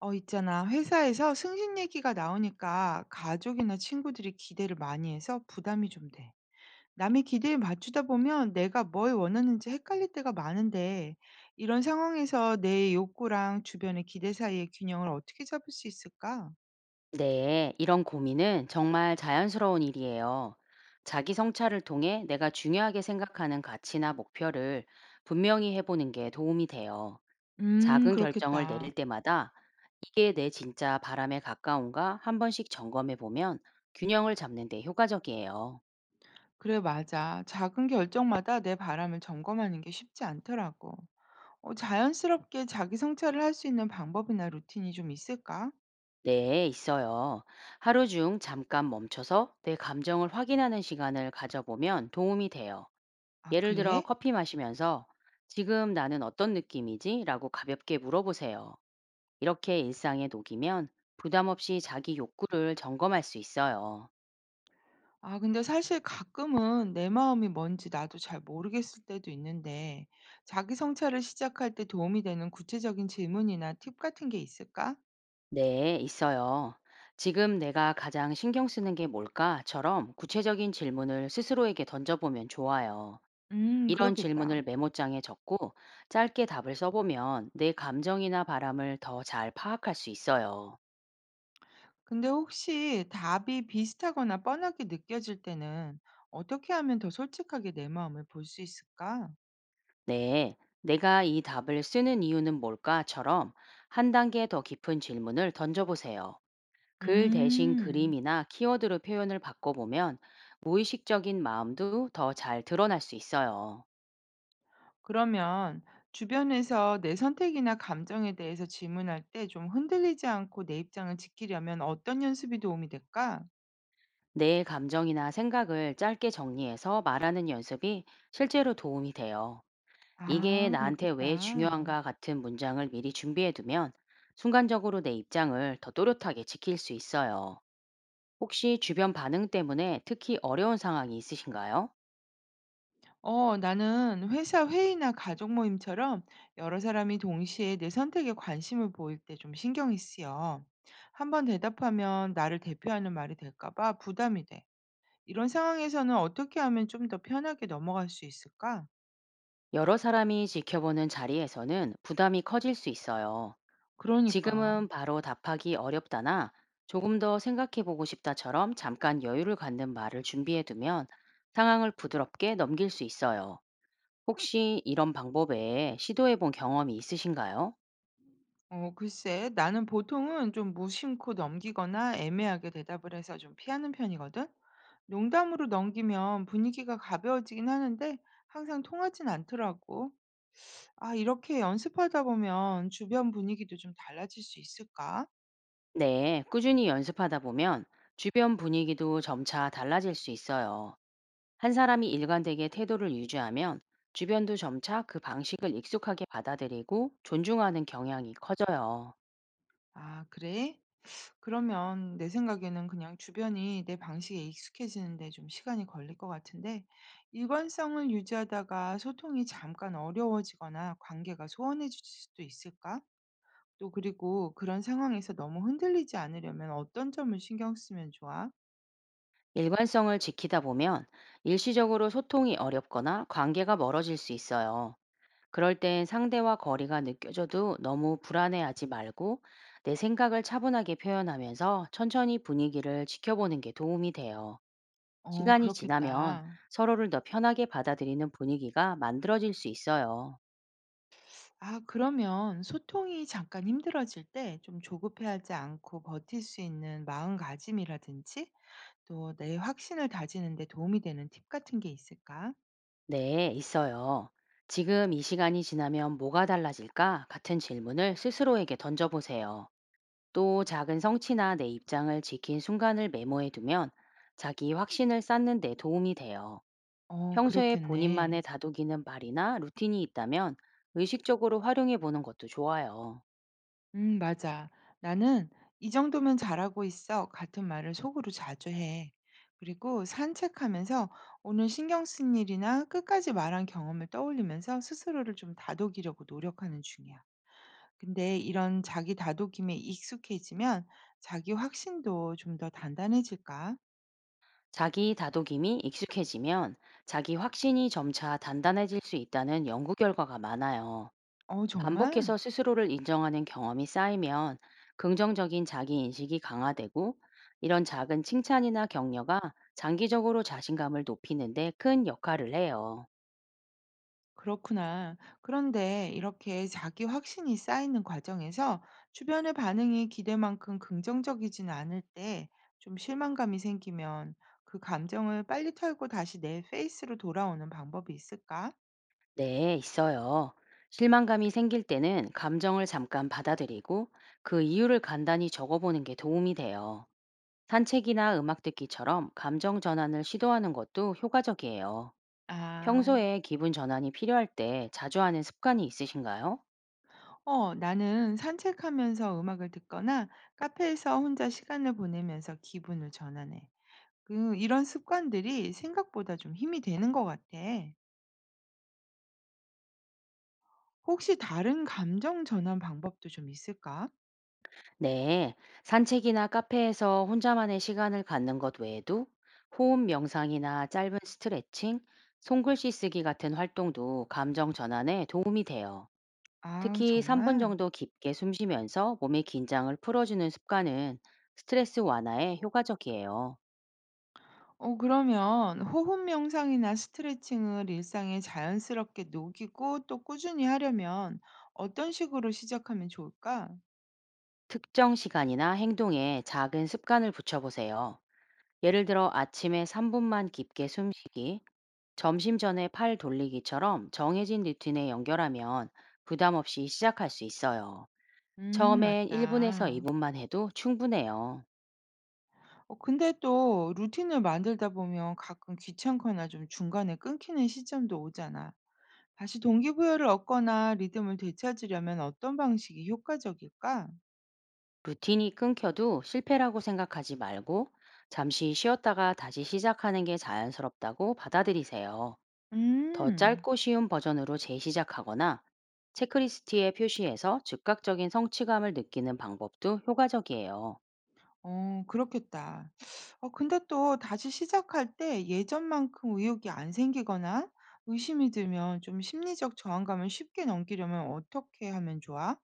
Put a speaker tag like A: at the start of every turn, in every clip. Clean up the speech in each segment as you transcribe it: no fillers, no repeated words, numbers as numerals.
A: 있잖아. 회사에서 승진 얘기가 나오니까 가족이나 친구들이 기대를 많이 해서 부담이 좀 돼. 남의 기대에 맞추다 보면 내가 뭘 원하는지 헷갈릴 때가 많은데, 이런 상황에서 내 욕구랑 주변의 기대 사이의 균형을 어떻게 잡을 수 있을까?
B: 네, 이런 고민은 정말 자연스러운 일이에요. 자기 성찰을 통해 내가 중요하게 생각하는 가치나 목표를 분명히 해보는 게 도움이 돼요. 작은 결정을
A: 그렇겠다.
B: 내릴 때마다 이게 내 진짜 바람에 가까운가 한 번씩 점검해 보면 균형을 잡는 데 효과적이에요.
A: 그래, 맞아. 작은 결정마다 내 바람을 점검하는 게 쉽지 않더라고. 자연스럽게 자기 성찰을 할 수 있는 방법이나 루틴이 좀 있을까?
B: 네, 있어요. 하루 중 잠깐 멈춰서 내 감정을 확인하는 시간을 가져보면 도움이 돼요.
A: 아,
B: 예를 들어
A: 그래?
B: 커피 마시면서 지금 나는 어떤 느낌이지? 라고 가볍게 물어보세요. 이렇게 일상에 녹이면 부담 없이 자기 욕구를 점검할 수 있어요.
A: 아 근데 사실 가끔은 내 마음이 뭔지 나도 잘 모르겠을 때도 있는데 자기 성찰을 시작할 때 도움이 되는 구체적인 질문이나 팁 같은 게 있을까?
B: 네, 있어요. 지금 내가 가장 신경 쓰는 게 뭘까?처럼 구체적인 질문을 스스로에게 던져보면 좋아요. 이런
A: 그렇겠다.
B: 질문을 메모장에 적고 짧게 답을 써보면 내 감정이나 바람을 더 잘 파악할 수 있어요.
A: 근데 혹시 답이 비슷하거나 뻔하게 느껴질 때는 어떻게 하면 더 솔직하게 내 마음을 볼 수 있을까?
B: 네, 내가 이 답을 쓰는 이유는 뭘까?처럼 한 단계 더 깊은 질문을 던져보세요. 글 대신
A: 음,
B: 그림이나 키워드로 표현을 바꿔보면 무의식적인 마음도 더 잘 드러날 수 있어요.
A: 그러면 주변에서 내 선택이나 감정에 대해서 질문할 때 좀 흔들리지 않고 내 입장을 지키려면 어떤 연습이 도움이 될까?
B: 내 감정이나 생각을 짧게 정리해서 말하는 연습이 실제로 도움이 돼요. 이게
A: 아
B: 나한테 왜
A: 그렇겠다.
B: 중요한가 같은 문장을 미리 준비해두면 순간적으로 내 입장을 더 또렷하게 지킬 수 있어요. 혹시 주변 반응 때문에 특히 어려운 상황이 있으신가요?
A: 어 나는 회사 회의나 가족 모임처럼 여러 사람이 동시에 내 선택에 관심을 보일 때 좀 신경이 쓰여. 한번 대답하면 나를 대표하는 말이 될까 봐 부담이 돼. 이런 상황에서는 어떻게 하면 좀 더 편하게 넘어갈 수 있을까?
B: 여러 사람이 지켜보는 자리에서는 부담이 커질 수 있어요.
A: 그러니까.
B: 지금은 바로 답하기 어렵다나 조금 더 생각해보고 싶다처럼 잠깐 여유를 갖는 말을 준비해두면 상황을 부드럽게 넘길 수 있어요. 혹시 이런 방법 외에 시도해본 경험이 있으신가요?
A: 어 글쎄 나는 보통은 좀 무심코 넘기거나 애매하게 대답을 해서 좀 피하는 편이거든. 농담으로 넘기면 분위기가 가벼워지긴 하는데 항상 통하진 않더라고. 아, 이렇게 연습하다 보면 주변 분위기도 좀 달라질 수 있을까?
B: 네, 꾸준히 연습하다 보면 주변 분위기도 점차 달라질 수 있어요. 한 사람이 일관되게 태도를 유지하면 주변도 점차 그 방식을 익숙하게 받아들이고 존중하는 경향이 커져요.
A: 아, 그래? 그러면 내 생각에는 그냥 주변이 내 방식에 익숙해지는데 좀 시간이 걸릴 것 같은데 일관성을 유지하다가 소통이 잠깐 어려워지거나 관계가 소원해질 수도 있을까? 또 그리고 그런 상황에서 너무 흔들리지 않으려면 어떤 점을 신경 쓰면 좋아?
B: 일관성을 지키다 보면 일시적으로 소통이 어렵거나 관계가 멀어질 수 있어요. 그럴 땐 상대와 거리가 느껴져도 너무 불안해하지 말고 내 생각을 차분하게 표현하면서 천천히 분위기를 지켜보는 게 도움이 돼요.
A: 어,
B: 시간이 지나면
A: 그렇겠다.
B: 서로를 더 편하게 받아들이는 분위기가 만들어질 수 있어요.
A: 아, 그러면 소통이 잠깐 힘들어질 때 좀 조급해하지 않고 버틸 수 있는 마음가짐이라든지 또 내 확신을 다지는 데 도움이 되는 팁 같은 게 있을까?
B: 네, 있어요. 지금 이 시간이 지나면 뭐가 달라질까? 같은 질문을 스스로에게 던져보세요. 또 작은 성취나 내 입장을 지킨 순간을 메모해두면 자기 확신을 쌓는 데 도움이 돼요.
A: 어,
B: 평소에
A: 그렇겠네.
B: 본인만의 다독이는 말이나 루틴이 있다면 의식적으로 활용해 보는 것도 좋아요.
A: 맞아. 나는 이 정도면 잘하고 있어. 같은 말을 속으로 자주 해. 그리고 산책하면서 오늘 신경 쓴 일이나 끝까지 말한 경험을 떠올리면서 스스로를 좀 다독이려고 노력하는 중이야. 근데 이런 자기 다독임에 익숙해지면 자기 확신도 좀 더 단단해질까?
B: 자기 다독임이 익숙해지면 자기 확신이 점차 단단해질 수 있다는 연구 결과가 많아요.
A: 어, 정말?
B: 반복해서 스스로를 인정하는 경험이 쌓이면 긍정적인 자기인식이 강화되고 이런 작은 칭찬이나 격려가 장기적으로 자신감을 높이는데 큰 역할을 해요.
A: 그렇구나. 그런데 이렇게 자기 확신이 쌓이는 과정에서 주변의 반응이 기대만큼 긍정적이진 않을 때 좀 실망감이 생기면 그 감정을 빨리 털고 다시 내 페이스로 돌아오는 방법이 있을까?
B: 네, 있어요. 실망감이 생길 때는 감정을 잠깐 받아들이고 그 이유를 간단히 적어보는 게 도움이 돼요. 산책이나 음악 듣기처럼 감정 전환을 시도하는 것도 효과적이에요.
A: 아,
B: 평소에 기분 전환이 필요할 때 자주 하는 습관이 있으신가요?
A: 어, 나는 산책하면서 음악을 듣거나 카페에서 혼자 시간을 보내면서 기분을 전환해. 그, 이런 습관들이 생각보다 좀 힘이 되는 것 같아. 혹시 다른 감정 전환 방법도 좀 있을까?
B: 네, 산책이나 카페에서 혼자만의 시간을 갖는 것 외에도 호흡 명상이나 짧은 스트레칭, 손글씨 쓰기 같은 활동도 감정 전환에 도움이 돼요.
A: 아
B: 특히 3분
A: 정말?
B: 정도 깊게 숨 쉬면서 몸의 긴장을 풀어주는 습관은 스트레스 완화에 효과적이에요.
A: 어 그러면 호흡 명상이나 스트레칭을 일상에 자연스럽게 녹이고 또 꾸준히 하려면 어떤 식으로 시작하면 좋을까?
B: 특정 시간이나 행동에 작은 습관을 붙여보세요. 예를 들어 아침에 3분만 깊게 숨 쉬기, 점심 전에 팔 돌리기처럼 정해진 루틴에 연결하면 부담 없이 시작할 수 있어요. 처음엔 1분에서
A: 맞다.
B: 2분만 해도 충분해요.
A: 어 근데 또 루틴을 만들다 보면 가끔 귀찮거나 좀 중간에 끊기는 시점도 오잖아. 다시 동기부여를 얻거나 리듬을 되찾으려면 어떤 방식이 효과적일까?
B: 루틴이 끊겨도 실패라고 생각하지 말고 잠시 쉬었다가 다시 시작하는 게 자연스럽다고 받아들이세요. 더
A: 음.
B: 짧고 쉬운 버전으로 재시작하거나 체크리스트에 표시해서 즉각적인 성취감을 느끼는 방법도 효과적이에요.
A: 어 그렇겠다. 어 근데 또 다시 시작할 때 예전만큼 의욕이 안 생기거나 의심이 들면 좀 심리적 저항감을 쉽게 넘기려면 어떻게 하면 좋아?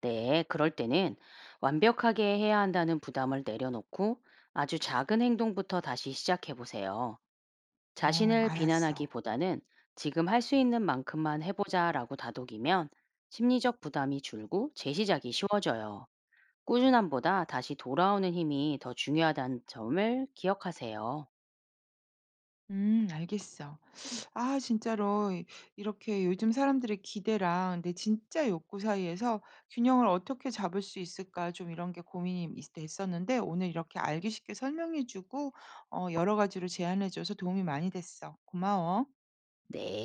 B: 네, 그럴 때는 완벽하게 해야 한다는 부담을 내려놓고 아주 작은 행동부터 다시 시작해 보세요.
A: 어
B: 자신을
A: 알았어.
B: 비난하기보다는 지금 할 수 있는 만큼만 해보자 라고 다독이면 심리적 부담이 줄고 재시작이 쉬워져요. 꾸준함보다 다시 돌아오는 힘이 더 중요하다는 점을 기억하세요.
A: 알겠어. 아 진짜로 이렇게 요즘 사람들의 기대랑 내 진짜 욕구 사이에서 균형을 어떻게 잡을 수 있을까 좀 이런 게 됐었는데 오늘 이렇게 알기 쉽게 설명해 주고 어 여러 가지로 제안해 줘서 도움이 많이 됐어. 고마워.
B: 네.